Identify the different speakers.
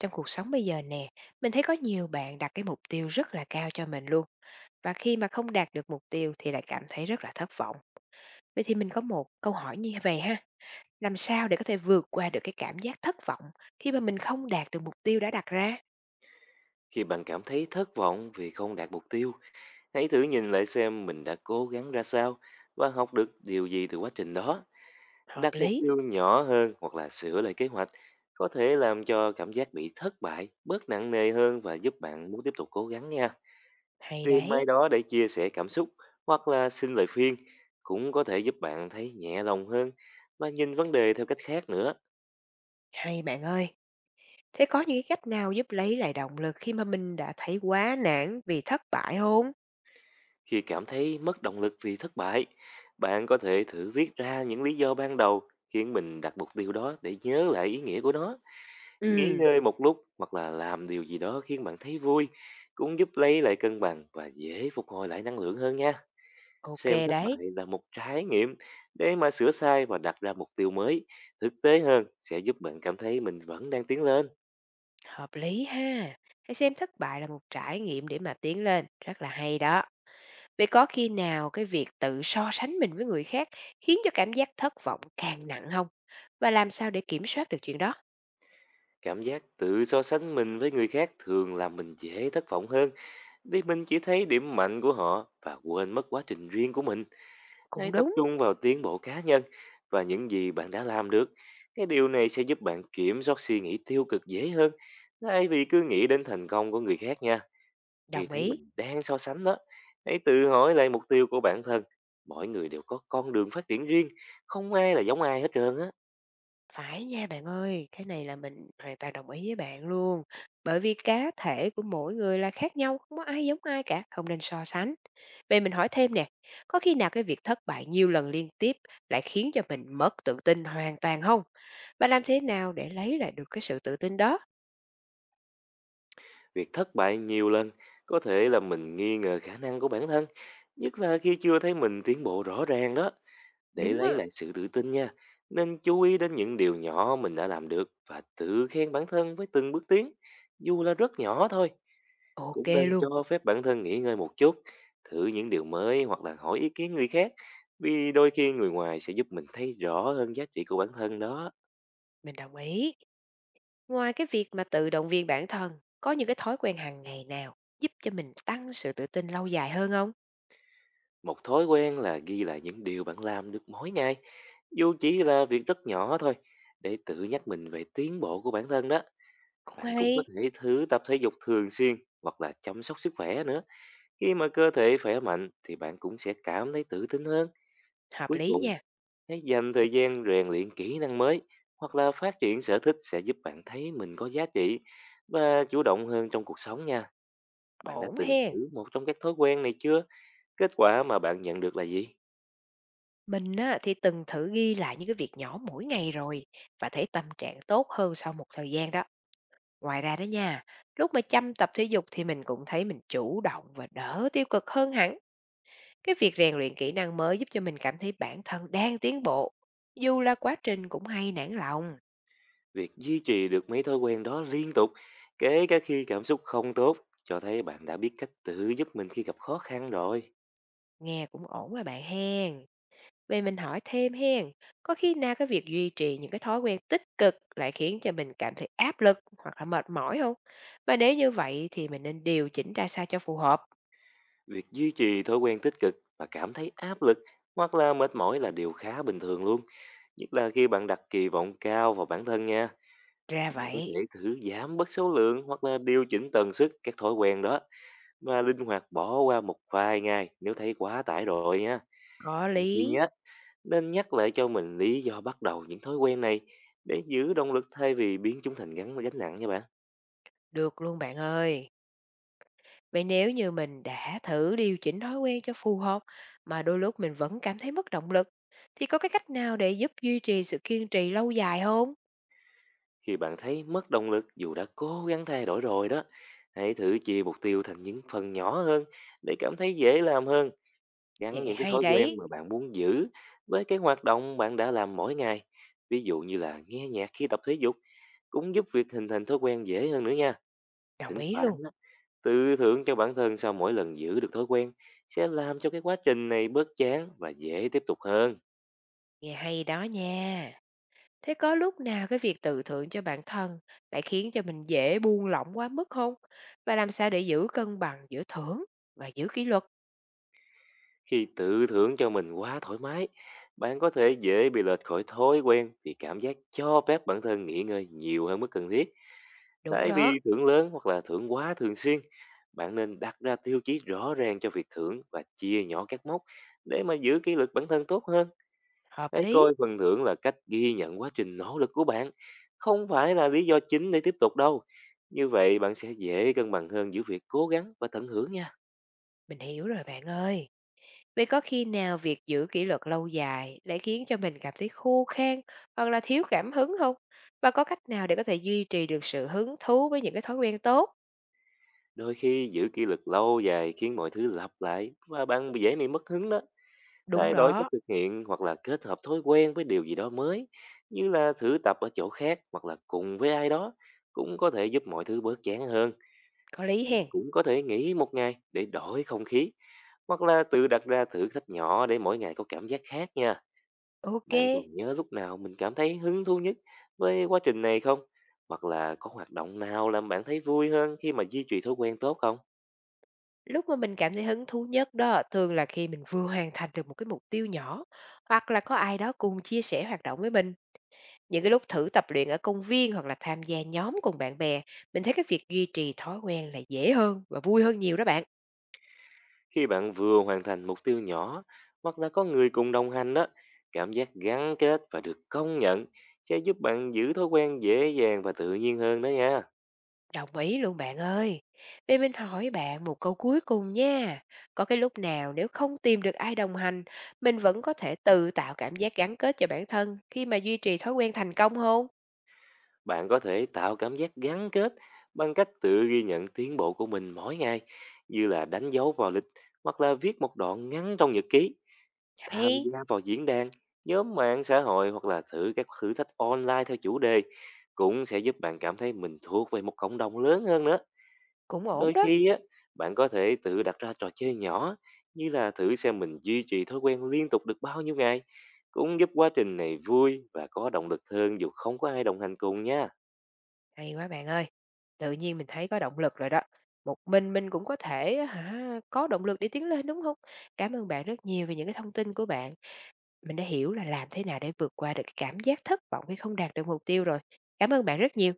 Speaker 1: Trong cuộc sống bây giờ nè, mình thấy có nhiều bạn đặt cái mục tiêu rất là cao cho mình luôn. Và khi mà không đạt được mục tiêu thì lại cảm thấy rất là thất vọng. Vậy thì mình có một câu hỏi như vậy ha. Làm sao để có thể vượt qua được cái cảm giác thất vọng khi mà mình không đạt được mục tiêu đã đặt ra?
Speaker 2: Khi bạn cảm thấy thất vọng vì không đạt mục tiêu, hãy thử nhìn lại xem mình đã cố gắng ra sao và học được điều gì từ quá trình đó. Đặt
Speaker 1: Hợp
Speaker 2: mục
Speaker 1: lý.
Speaker 2: tiêu nhỏ hơn hoặc là sửa lại kế hoạch có thể làm cho cảm giác bị thất bại bớt nặng nề hơn và giúp bạn muốn tiếp tục cố gắng nha.
Speaker 1: Hay
Speaker 2: Tìm
Speaker 1: đấy.
Speaker 2: ai đó để chia sẻ cảm xúc hoặc là xin lời khuyên cũng có thể giúp bạn thấy nhẹ lòng hơn và nhìn vấn đề theo cách khác nữa.
Speaker 1: Hay bạn ơi. Thế có những cái cách nào giúp lấy lại động lực khi mà mình đã thấy quá nản vì thất bại không?
Speaker 2: Khi cảm thấy mất động lực vì thất bại, bạn có thể thử viết ra những lý do ban đầu khiến mình đặt mục tiêu đó để nhớ lại ý nghĩa của nó. Nghỉ
Speaker 1: Ừ,
Speaker 2: ngơi một lúc hoặc là làm điều gì đó khiến bạn thấy vui cũng giúp lấy lại cân bằng và dễ phục hồi lại năng lượng hơn nha.
Speaker 1: ok
Speaker 2: Xem thất
Speaker 1: đấy.
Speaker 2: bại là một trải nghiệm để mà sửa sai và đặt ra mục tiêu mới thực tế hơn sẽ giúp bạn cảm thấy mình vẫn đang tiến lên.
Speaker 1: Hợp lý ha. Hãy xem thất bại là một trải nghiệm để mà tiến lên. Rất là hay đó. Vậy có khi nào cái việc tự so sánh mình với người khác khiến cho cảm giác thất vọng càng nặng hông? Và làm sao để kiểm soát được chuyện đó?
Speaker 2: Cảm giác tự so sánh mình với người khác thường làm mình dễ thất vọng hơn. Thì mình chỉ thấy điểm mạnh của họ và quên mất quá trình riêng của mình. Hãy
Speaker 1: Cũng
Speaker 2: tập
Speaker 1: đúng,
Speaker 2: trung vào tiến bộ cá nhân và những gì bạn đã làm được. Cái điều này sẽ giúp bạn kiểm soát suy nghĩ tiêu cực dễ hơn, thay vì cứ nghĩ đến thành công của người khác nha. Khi
Speaker 1: đồng
Speaker 2: thấy
Speaker 1: ý.
Speaker 2: mình đang so sánh đó, hãy tự hỏi lại mục tiêu của bản thân. Mỗi người đều có con đường phát triển riêng, không ai là giống ai hết trơn á.
Speaker 1: Phải nha bạn ơi, cái này là mình hoàn toàn đồng ý với bạn luôn. Bởi vì cá thể của mỗi người là khác nhau, không có ai giống ai cả, không nên so sánh. Vậy mình hỏi thêm nè, có khi nào cái việc thất bại nhiều lần liên tiếp lại khiến cho mình mất tự tin hoàn toàn không? Và làm thế nào để lấy lại được cái sự tự tin đó?
Speaker 2: Việc thất bại nhiều lần có thể là mình nghi ngờ khả năng của bản thân, nhất là khi chưa thấy mình tiến bộ rõ ràng đó. Để
Speaker 1: Đúng
Speaker 2: lấy
Speaker 1: á,
Speaker 2: lại sự tự tin nha, nên chú ý đến những điều nhỏ mình đã làm được và tự khen bản thân với từng bước tiến, dù là rất nhỏ thôi.
Speaker 1: ok
Speaker 2: Cũng nên
Speaker 1: luôn,
Speaker 2: cho phép bản thân nghỉ ngơi một chút, thử những điều mới hoặc là hỏi ý kiến người khác, vì đôi khi người ngoài sẽ giúp mình thấy rõ hơn giá trị của bản thân đó.
Speaker 1: mình đồng ý. Ngoài cái việc mà tự động viên bản thân, có những cái thói quen hàng ngày nào giúp cho mình tăng sự tự tin lâu dài hơn không?
Speaker 2: Một thói quen là ghi lại những điều bạn làm được mỗi ngày, dù chỉ là việc rất nhỏ thôi, để tự nhắc mình về tiến bộ của bản thân đó.
Speaker 1: Cũng
Speaker 2: Bạn cũng có
Speaker 1: hay,
Speaker 2: thể thử tập thể dục thường xuyên hoặc là chăm sóc sức khỏe nữa. Khi mà cơ thể khỏe mạnh thì bạn cũng sẽ cảm thấy tự tin hơn.
Speaker 1: hợp
Speaker 2: Cuối
Speaker 1: lý
Speaker 2: cùng,
Speaker 1: nha,
Speaker 2: hãy dành thời gian rèn luyện kỹ năng mới hoặc là phát triển sở thích sẽ giúp bạn thấy mình có giá trị và chủ động hơn trong cuộc sống nha. Bạn đã
Speaker 1: ổn
Speaker 2: từng
Speaker 1: hen.
Speaker 2: thử một trong các thói quen này chưa? Kết quả mà bạn nhận được là gì?
Speaker 1: Mình á, thì từng thử ghi lại những cái việc nhỏ mỗi ngày rồi và thấy tâm trạng tốt hơn sau một thời gian đó. Ngoài ra đó nha, lúc mà chăm tập thể dục thì mình cũng thấy mình chủ động và đỡ tiêu cực hơn hẳn. Cái việc rèn luyện kỹ năng mới giúp cho mình cảm thấy bản thân đang tiến bộ. Dù là quá trình cũng hay nản lòng,
Speaker 2: Việc duy trì được mấy thói quen đó liên tục, kể cả khi cảm xúc không tốt, cho thấy bạn đã biết cách tự giúp mình khi gặp khó khăn rồi.
Speaker 1: nghe cũng ổn mà bạn hen. Vậy mình hỏi thêm hen, có khi nào cái việc duy trì những cái thói quen tích cực lại khiến cho mình cảm thấy áp lực hoặc là mệt mỏi không? Và nếu như vậy thì mình nên điều chỉnh ra sao cho phù hợp?
Speaker 2: Việc duy trì thói quen tích cực và cảm thấy áp lực hoặc là mệt mỏi là điều khá bình thường luôn, nhất là khi bạn đặt kỳ vọng cao vào bản thân nha.
Speaker 1: Ra
Speaker 2: Bạn có thể
Speaker 1: vậy,
Speaker 2: thử giảm bớt số lượng hoặc là điều chỉnh tần suất các thói quen đó, và linh hoạt bỏ qua một vài ngày nếu thấy quá tải rồi nha.
Speaker 1: có
Speaker 2: Đôi khi
Speaker 1: lý,
Speaker 2: nhé, nên nhắc lại cho mình lý do bắt đầu những thói quen này để giữ động lực, thay vì biến chúng thành gánh gánh nặng nha bạn.
Speaker 1: được luôn bạn ơi. Vậy nếu như mình đã thử điều chỉnh thói quen cho phù hợp mà đôi lúc mình vẫn cảm thấy mất động lực, thì có cái cách nào để giúp duy trì sự kiên trì lâu dài không?
Speaker 2: Khi bạn thấy mất động lực dù đã cố gắng thay đổi rồi đó, hãy thử chia mục tiêu thành những phần nhỏ hơn để cảm thấy dễ làm hơn. Gắn
Speaker 1: Vậy
Speaker 2: những cái
Speaker 1: hay
Speaker 2: thói quen
Speaker 1: đấy,
Speaker 2: mà bạn muốn giữ với cái hoạt động bạn đã làm mỗi ngày. Ví dụ như là nghe nhạc khi tập thể dục cũng giúp việc hình thành thói quen dễ hơn nữa nha.
Speaker 1: đồng
Speaker 2: Thỉnh
Speaker 1: ý
Speaker 2: thoảng
Speaker 1: luôn.
Speaker 2: á, tự thưởng cho bản thân sau mỗi lần giữ được thói quen sẽ làm cho cái quá trình này bớt chán và dễ tiếp tục hơn.
Speaker 1: Nghe hay đó nha. Thế có lúc nào cái việc tự thưởng cho bản thân lại khiến cho mình dễ buông lỏng quá mức không? Và làm sao để giữ cân bằng giữa thưởng và giữ kỷ luật?
Speaker 2: Khi tự thưởng cho mình quá thoải mái, bạn có thể dễ bị lệch khỏi thói quen vì cảm giác cho phép bản thân nghỉ ngơi nhiều hơn mức cần thiết.
Speaker 1: Đúng
Speaker 2: Thay
Speaker 1: đó,
Speaker 2: vì thưởng lớn hoặc là thưởng quá thường xuyên, bạn nên đặt ra tiêu chí rõ ràng cho việc thưởng và chia nhỏ các mốc để mà giữ kỷ luật bản thân tốt hơn.
Speaker 1: hợp
Speaker 2: Hãy
Speaker 1: lý.
Speaker 2: coi phần thưởng là cách ghi nhận quá trình nỗ lực của bạn, không phải là lý do chính để tiếp tục đâu. Như vậy bạn sẽ dễ cân bằng hơn giữa việc cố gắng và tận hưởng nha.
Speaker 1: Mình hiểu rồi bạn ơi. Vậy có khi nào việc giữ kỷ luật lâu dài lại khiến cho mình cảm thấy khô khan hoặc là thiếu cảm hứng không? Và có cách nào để có thể duy trì được sự hứng thú với những cái thói quen tốt?
Speaker 2: Đôi khi giữ kỷ luật lâu dài khiến mọi thứ lặp lại và dễ bị mất hứng đó.
Speaker 1: Đúng
Speaker 2: Thay đổi cách
Speaker 1: đó,
Speaker 2: thực hiện hoặc là kết hợp thói quen với điều gì đó mới, như là thử tập ở chỗ khác hoặc là cùng với ai đó, cũng có thể giúp mọi thứ bớt chán hơn.
Speaker 1: có lý
Speaker 2: Bạn
Speaker 1: hèn.
Speaker 2: cũng có thể nghỉ một ngày để đổi không khí, hoặc là tự đặt ra thử thách nhỏ để mỗi ngày có cảm giác khác nha.
Speaker 1: Ok.
Speaker 2: Bạn còn nhớ lúc nào mình cảm thấy hứng thú nhất với quá trình này không? Hoặc là có hoạt động nào làm bạn thấy vui hơn khi mà duy trì thói quen tốt không?
Speaker 1: Lúc mà mình cảm thấy hứng thú nhất đó, thường là khi mình vừa hoàn thành được một cái mục tiêu nhỏ, hoặc là có ai đó cùng chia sẻ hoạt động với mình. Những cái lúc thử tập luyện ở công viên hoặc là tham gia nhóm cùng bạn bè, mình thấy cái việc duy trì thói quen là dễ hơn và vui hơn nhiều đó bạn.
Speaker 2: Khi bạn vừa hoàn thành mục tiêu nhỏ hoặc là có người cùng đồng hành đó, cảm giác gắn kết và được công nhận sẽ giúp bạn giữ thói quen dễ dàng và tự nhiên hơn đó nha.
Speaker 1: Đồng ý luôn bạn ơi. Vậy mình hỏi bạn một câu cuối cùng nha. Có cái lúc nào nếu không tìm được ai đồng hành, mình vẫn có thể tự tạo cảm giác gắn kết cho bản thân khi mà duy trì thói quen thành công không?
Speaker 2: Bạn có thể tạo cảm giác gắn kết bằng cách tự ghi nhận tiến bộ của mình mỗi ngày, như là đánh dấu vào lịch hoặc là viết một đoạn ngắn trong nhật ký. Tham
Speaker 1: Hay,
Speaker 2: gia vào diễn đàn, nhóm mạng xã hội hoặc là thử các thử thách online theo chủ đề cũng sẽ giúp bạn cảm thấy mình thuộc về một cộng đồng lớn hơn nữa.
Speaker 1: cũng ổn
Speaker 2: Đôi
Speaker 1: đó.
Speaker 2: khi á, bạn có thể tự đặt ra trò chơi nhỏ như là thử xem mình duy trì thói quen liên tục được bao nhiêu ngày, cũng giúp quá trình này vui và có động lực hơn dù không có ai đồng hành cùng nha.
Speaker 1: Hay quá bạn ơi. Tự nhiên mình thấy có động lực rồi đó. Một mình cũng có thể hả, có động lực để tiến lên đúng không? Cảm ơn bạn rất nhiều về những cái thông tin của bạn. Mình đã hiểu là làm thế nào để vượt qua được cái cảm giác thất vọng khi không đạt được mục tiêu rồi. Cảm ơn bạn rất nhiều.